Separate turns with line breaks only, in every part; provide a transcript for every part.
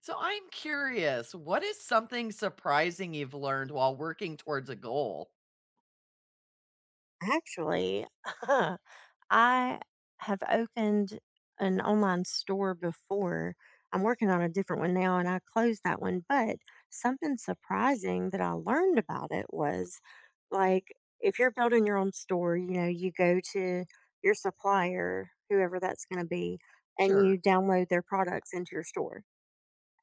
So I'm curious, what is something surprising you've learned while working towards a goal?
Actually, I have opened an online store before. I'm working on a different one now and I closed that one. But something surprising that I learned about it was like if you're building your own store, you know, you go to your supplier, whoever that's going to be, and you
Sure.
download their products into your store.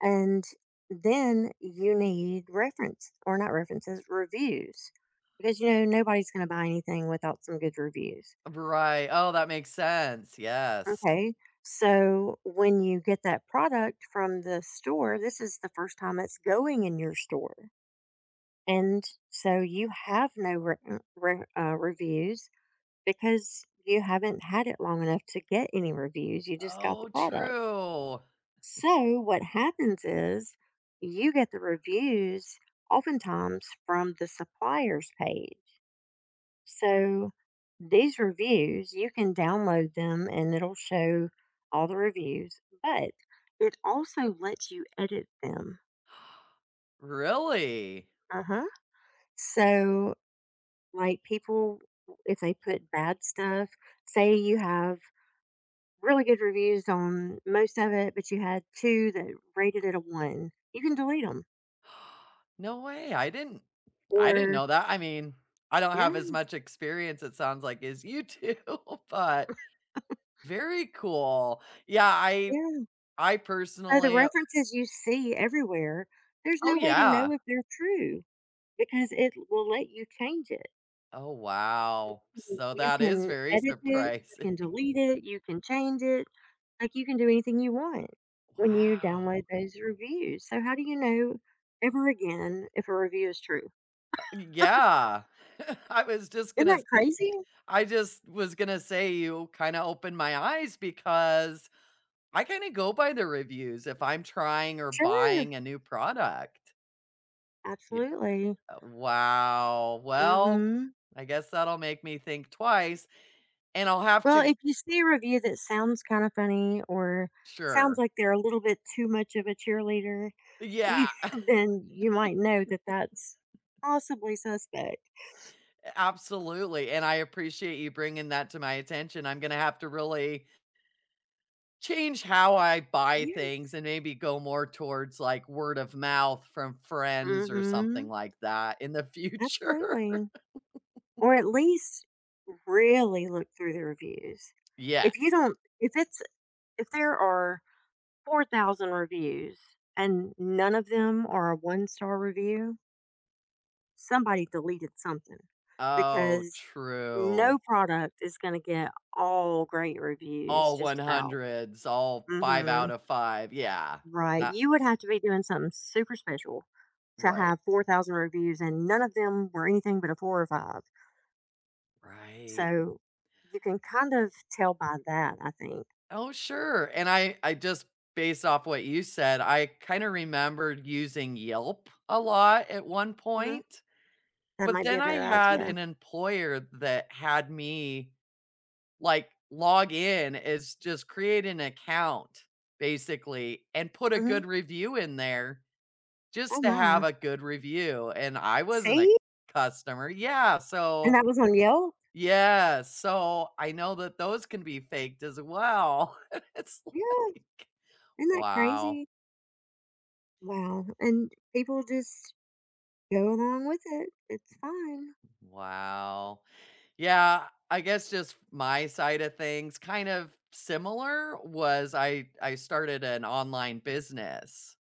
And then you need reference or not references, reviews. Because you know, nobody's gonna buy anything without some good reviews.
Right. Oh, that makes sense. Yes.
Okay. So when you get that product from the store, this is the first time it's going in your store. And so you have no reviews because you haven't had it long enough to get any reviews. You just got the
Oh,
product.
true.
So what happens is you get the reviews oftentimes from the supplier's page. So these reviews, you can download them and it'll show all the reviews, but it also lets you edit them.
Really?
Uh huh. So, like people, if they put bad stuff, say you have really good reviews on most of it, but you had two that rated it a one, you can delete them.
No way. I didn't. I didn't
Or,
know that. I mean, I don't have as
yes.
much experience it sounds like as you do, but very cool. Yeah, I
Yeah,
I
so the
personally.
references you see everywhere, there's
Oh
no way to
yeah.
know if they're true because it will let you change it.
Oh wow.
You
So
you
that is
can
very
edit it, you
surprising.
can delete it, you can change it, like, you can do anything you want when you
Wow.
download those reviews, so how do you know ever again if a review is true?
Yeah. I was just
Isn't
gonna
that
s
crazy?
I just was gonna say you kinda opened my eyes because I kinda go by the reviews if I'm trying or
Sure,
buying a new product. Ye
absolutely.
wow. Well,
Mhm.
I guess that'll make me think twice, and I'll have
Well,
to
if you see a review that sounds kind of funny or sounds
Sure.
like they're a little bit too much of a cheerleader,
Yeah.
then you might know that that's possibly suspect.
Absolutely, and I appreciate you bringing that to my attention. I'm gonna have to really change how I buy
Yeah.
things and maybe go more towards, like, word of mouth from friends or something
Mm-hmm.
like that in the future.
Absolutely. Or at least really look through the reviews. If you
Yes.
don't, if it's, if there are 4,000 reviews and none of them are a one star review, somebody deleted something
Oh,
because
true.
no product is going to get all great reviews
All
just about.
100s, all 5
Hmm.
out of 5. Yeah.
Right,
That
you would have to be doing something super special to
Right.
have 4,000 reviews and none of them were anything but a four or five.
Right.
So you can kind of tell by that, I think.
Oh, sure, and I just based off what you said, I kinda remembered using Yelp a lot at one
Hmm,
point,
that
but
might be
then
a
I
better
had
idea.
an employer that had me, like, log in is just create an account, basically, and put a
Hmm.
good review in there
Oh
just to have
my.
a good review, and I wasn't a
See.
customer. Yeah,
And
so
that was on Yelp.
yes, so I know that those can be faked as well. It's
Yeah,
like,
isn't that
wow,
crazy? Wow. And people just go along with it. It's fine.
wow. Yeah, I guess just my side of things, kind of similar, was I started an online business,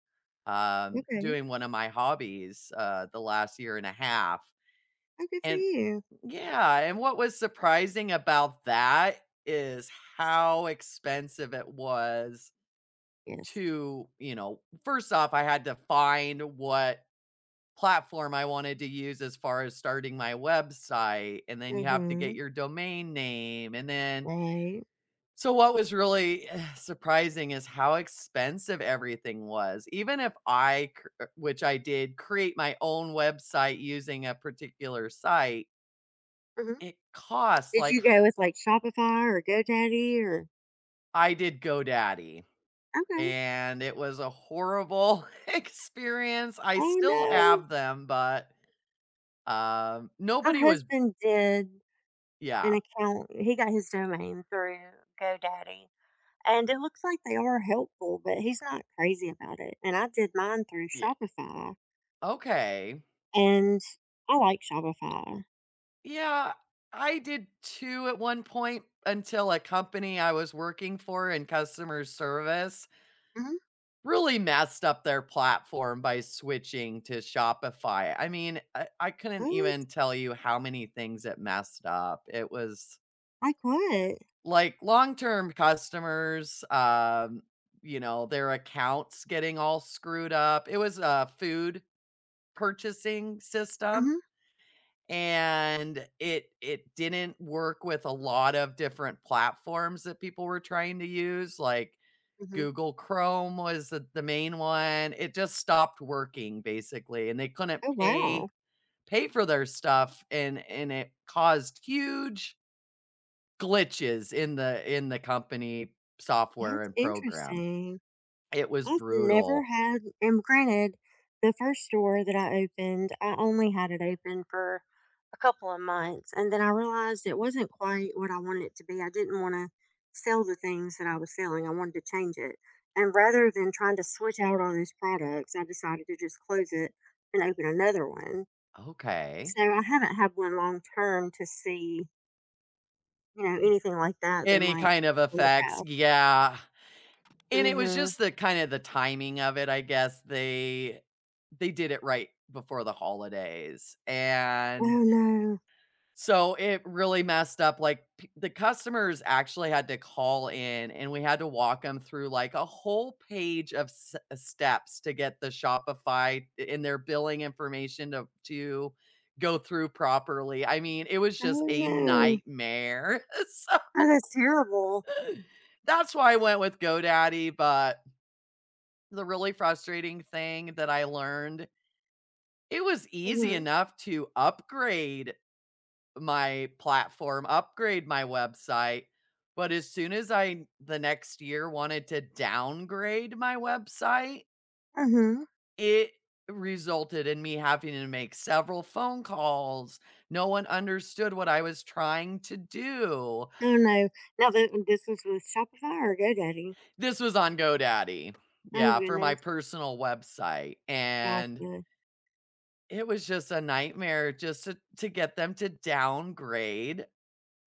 Okay.
doing one of my hobbies, the last year and a half.
Oh, good for
And
you.
yeah, and what was surprising about that is how expensive it was
Yes.
to, you know, first off, I had to find what platform I wanted to use as far as starting my website, and then you have to get
Mhm.
your domain name, and then
Right.
so what was really surprising is how expensive everything was. Even if I cr which I did, create my own website using a particular site,
Mhm.
it costs
Did
like.
you go with, like, Shopify or GoDaddy or...
I did GoDaddy,
Okay.
and it was a horrible experience. I
Oh,
still
no.
have them, but,
My
nobody was.
husband did an
Yeah,
account. He got his domain through GoDaddy, and it looks like they are helpful, but he's not crazy about it, and I did mine through
yeah.
Shopify,
Okay.
and I like Shopify.
Yeah, I did too at one point until a company I was working for in customer service
Mhm.
really messed up their platform by switching to Shopify. I mean, I couldn't
What?
even tell you how many things it messed up. It was
Like what?
like long-term customers, you know, their accounts getting all screwed up. It was a food purchasing system
Mhm.
and it didn't work with a lot of different platforms that people were trying to use, like
Mhm.
Google Chrome was the main one. It just stopped working basically, and they couldn't
Oh, wow.
pay for their stuff, and it caused huge glitches in the company software
That's
and program.
interesting.
It was
I've never
brutal.
had, and granted, the first store that I opened, I only had it open for a couple of months. And then I realized it wasn't quite what I wanted it to be. I didn't want to sell the things that I was selling, I wanted to change it. And rather than trying to switch out all those products, I decided to just close it and open another one.
Okay.
So I haven't had one long term to see, you know, anything like that that
Any
might
kind of
come to
effects?
pass.
Yeah. And it was
Mm-hmm.
just the kind of the timing of it, I guess. They did it right before the holidays,
Oh
and
no.
so it really messed up, like, p the customers actually had to call in, and we had to walk them through, like, a whole page of s steps to get the Shopify in their billing information to go through properly. I mean, it was just
Oh,
a
no.
nightmare. So,
Oh, that's terrible.
that's why I went with GoDaddy, but the really frustrating thing that I learned, it was easy
Mhm,
enough to upgrade my platform, upgrade my website, but as soon as I the next year wanted to downgrade my website,
mhm.
it resulted in me having to make several phone calls. No one understood what I was trying to do.
Oh, no. Now, th this was with Shopify or GoDaddy?
This was on GoDaddy.
Oh,
Yeah, for my
goodness.
personal website. And
Gotcha.
it was just a nightmare just to get them to downgrade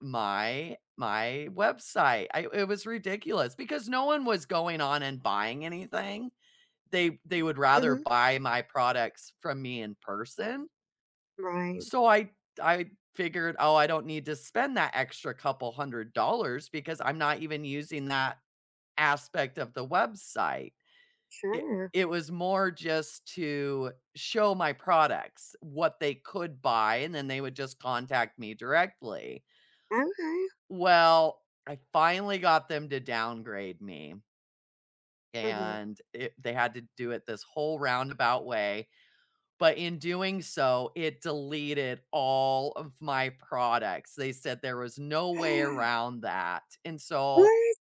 my website. I it was ridiculous because no one was going on and buying anything. They would rather
Mhm.
buy my products from me in person.
Right.
So I figured, "Oh, I don't need to spend that extra couple hundred dollars because I'm not even using that aspect of the website."
Sure.
It was more just to show my products, what they could buy, and then they would just contact me directly.
Okay.
Well, I finally got them to downgrade me,
Mhm.
and it, they had to do it this whole roundabout way. But in doing so, it deleted all of my products. They said there was no way around that. And so,
What?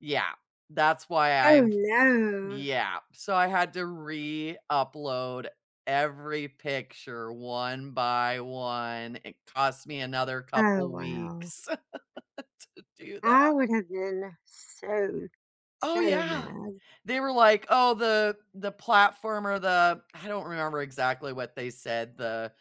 yeah, that's why I
Oh,
am.
no.
Yeah, so I had to re-upload every picture one by one. It cost me another
Oh,
couple
wow.
weeks to do
I
that.
would have been so,
Oh,
so
yeah.
mad.
They were like, "Oh, the platform or the," I don't remember exactly what they said, "the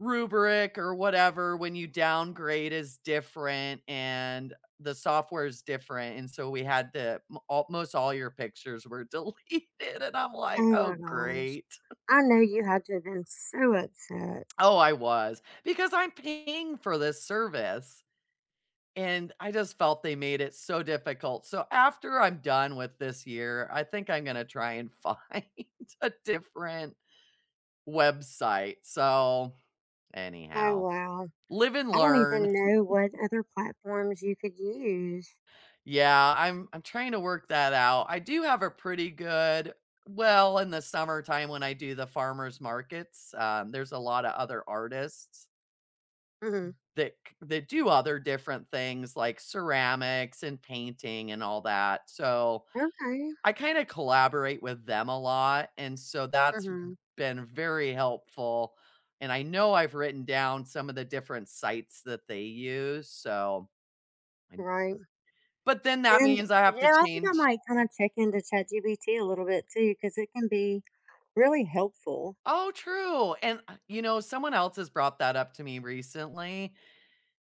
rubric or whatever when you downgrade is different and the software is different," and so we had to m almost all your pictures were deleted, and I'm like,
Oh,
"Oh,
my gosh.
great."
I know you had to have been so upset.
Oh, I was, because I'm paying for this service, and I just felt they made it so difficult. So after I'm done with this year, I think I'm gonna try and find a different website. So,
Oh,
anyhow,
wow.
live and
I don't
learn.
even know what other platforms you could use.
Yeah, I'm trying to work that out. I do have a pretty good, well, in the summertime when I do the farmers markets, there's a lot of other artists
Mhm.
that do other different things like ceramics and painting and all that. So
Okay.
I kind of collaborate with them a lot, and so that's
Mhm.
been very helpful. And I know I've written down some of the different sites that they use. So, I-
Right.
but then that
And,
means I
you
have to
know, I think I
change.
might kind of check into ChatGPT a little bit too, because it can be really helpful.
Oh, true. And you know, someone else has brought that up to me recently,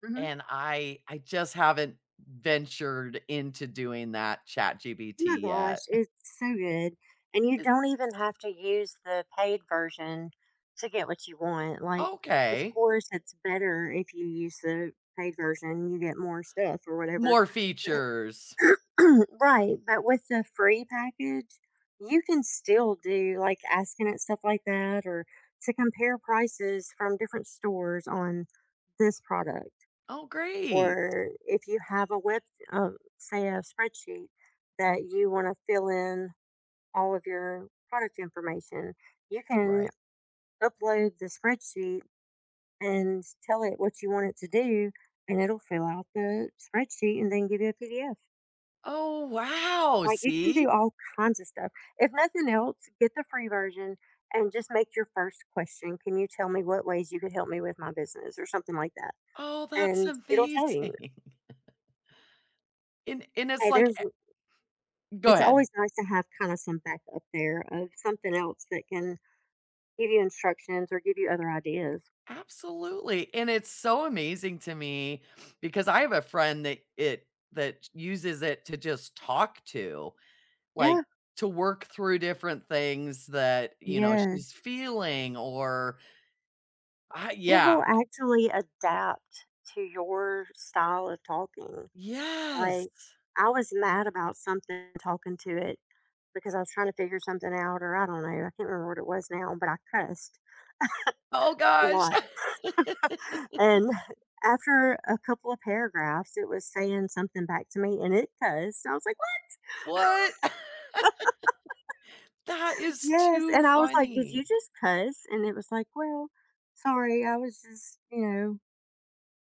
Hmm.
and I just haven't ventured into doing that chat
Oh my
GBT yet.
gosh, it's so good. And you don't even have to use the paid version to get what you want. Like, of
Okay.
course, it's better if you use the paid version, you get more stuff or whatever.
More features.
Right, but with the free package, you can still do, like, asking it stuff like that or to compare prices from different stores on this product.
Oh, great.
Or if you have a web say a spreadsheet that you wanna fill in all of your product information, you can
Right.
upload the spreadsheet and tell it what you want it to do, and it'll fill out the spreadsheet and then give you a PDF.
Oh, wow,
Like, you can
see?
do all kinds of stuff. If nothing else, get the free version and just make your first question, "Can you tell me what ways you could help me with my business?" or something like that,
Oh, that's
and it'll tell you.
amazing. And it's
Hey,
like
there's
e go
it's
ahead.
always nice to have kinda some backup there of something else that can give you instructions or give you other ideas.
Absolutely, and it's so amazing to me because I have a friend that it that uses it to just talk to,
Yeah.
like, to work through different things that, you know, she's
Yes.
feeling or I
It
yeah.
will actually adapt to your style of talking. Like,
Yes.
I was mad about something talking to it because I was trying to figure something out, or I don't know, I can't remember what it was now, but I cussed
Oh
a
gosh.
lot. And after a couple of paragraphs, it was saying something back to me and it cussed. I was like, what?
What? That is
Yes.
too
And I was like, did you
funny.
just cuss? And it was like, well, sorry, I was just, you know,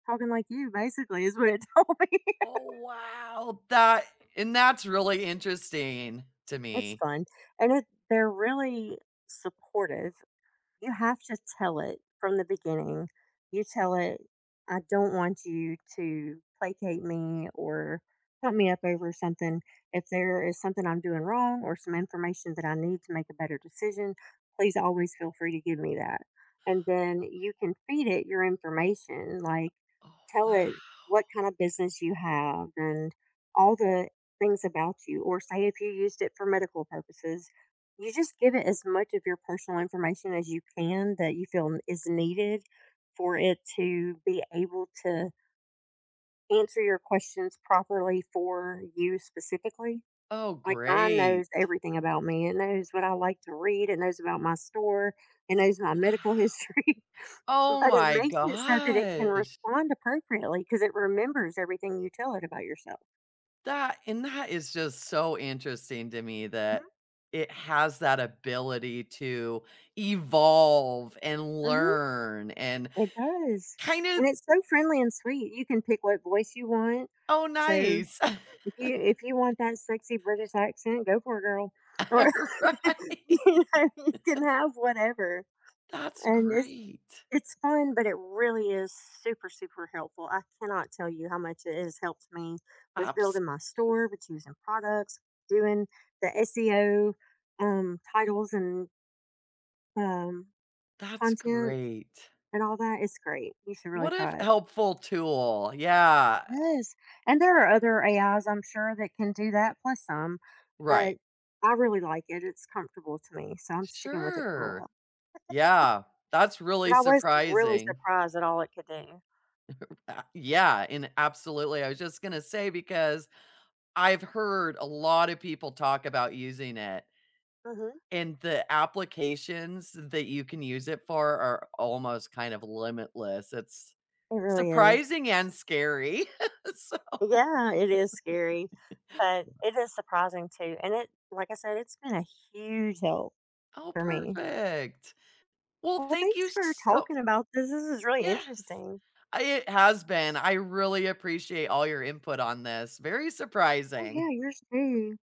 talking like you basically is what it told me.
Oh, wow. That and that's really interesting to
It's
me.
fun. And it, they're really supportive. You have to tell it from the beginning. You tell it, I don't want you to placate me or pump me up over something. If there is something I'm doing wrong or some information that I need to make a better decision, please always feel free to give me that. And then you can feed it your information, like
Oh,
tell
wow.
it what kind of business you have and all the things about you, or say if you used it for medical purposes, you just give it as much of your personal information as you can that you feel is needed for it to be able to answer your questions properly for you specifically.
Oh,
Like mine
great.
knows everything about me. It knows what I like to read. It knows about my store. It knows my medical
Wow.
history.
Oh
But it
my
makes it so that it can
gosh.
respond appropriately because it remembers everything you tell it about yourself.
That and that is just so interesting to me that it has that ability to evolve and
Mm-hmm.
learn and
It does.
kind of.
And it's so friendly and sweet. You can pick what voice you want.
Oh,
So
nice.
if you want that sexy British accent, go for it, girl. Or you
Right.
know, you can have whatever.
That's
And
great.
it's fun, but it really is super, super helpful. I cannot tell you how much it has helped me with
Abs
building my store, with choosing products, doing the SEO titles and um,
that's
content
great.
and all that. It's great. You should really
What if
try it.
helpful tool, yeah,
Yes, and there are other AIs, I'm sure, that can do that, plus some, but
right.
I really like it, it's comfortable to me, so I'm sticking with it for a
Sure.
while,
Yeah, that's
but
really
I was really
surprising.
surprised at all it could do.
Yeah, and absolutely, I was just gonna say because I've heard a lot of people talk about using it,
Mhm,
and the applications that you can use it for are almost kind of limitless. It's
it really is.
surprising and scary. So
Yeah, it is scary, but it is surprising too, and it like I said, it's been a huge help
oh,
for me.
perfect. Well,
Well,
thank you
thanks for
so
talking about this, this is really
Yes.
interesting.
I it has been. I really appreciate all your input on this. Very
Oh, yeah,
surprising.
yours too.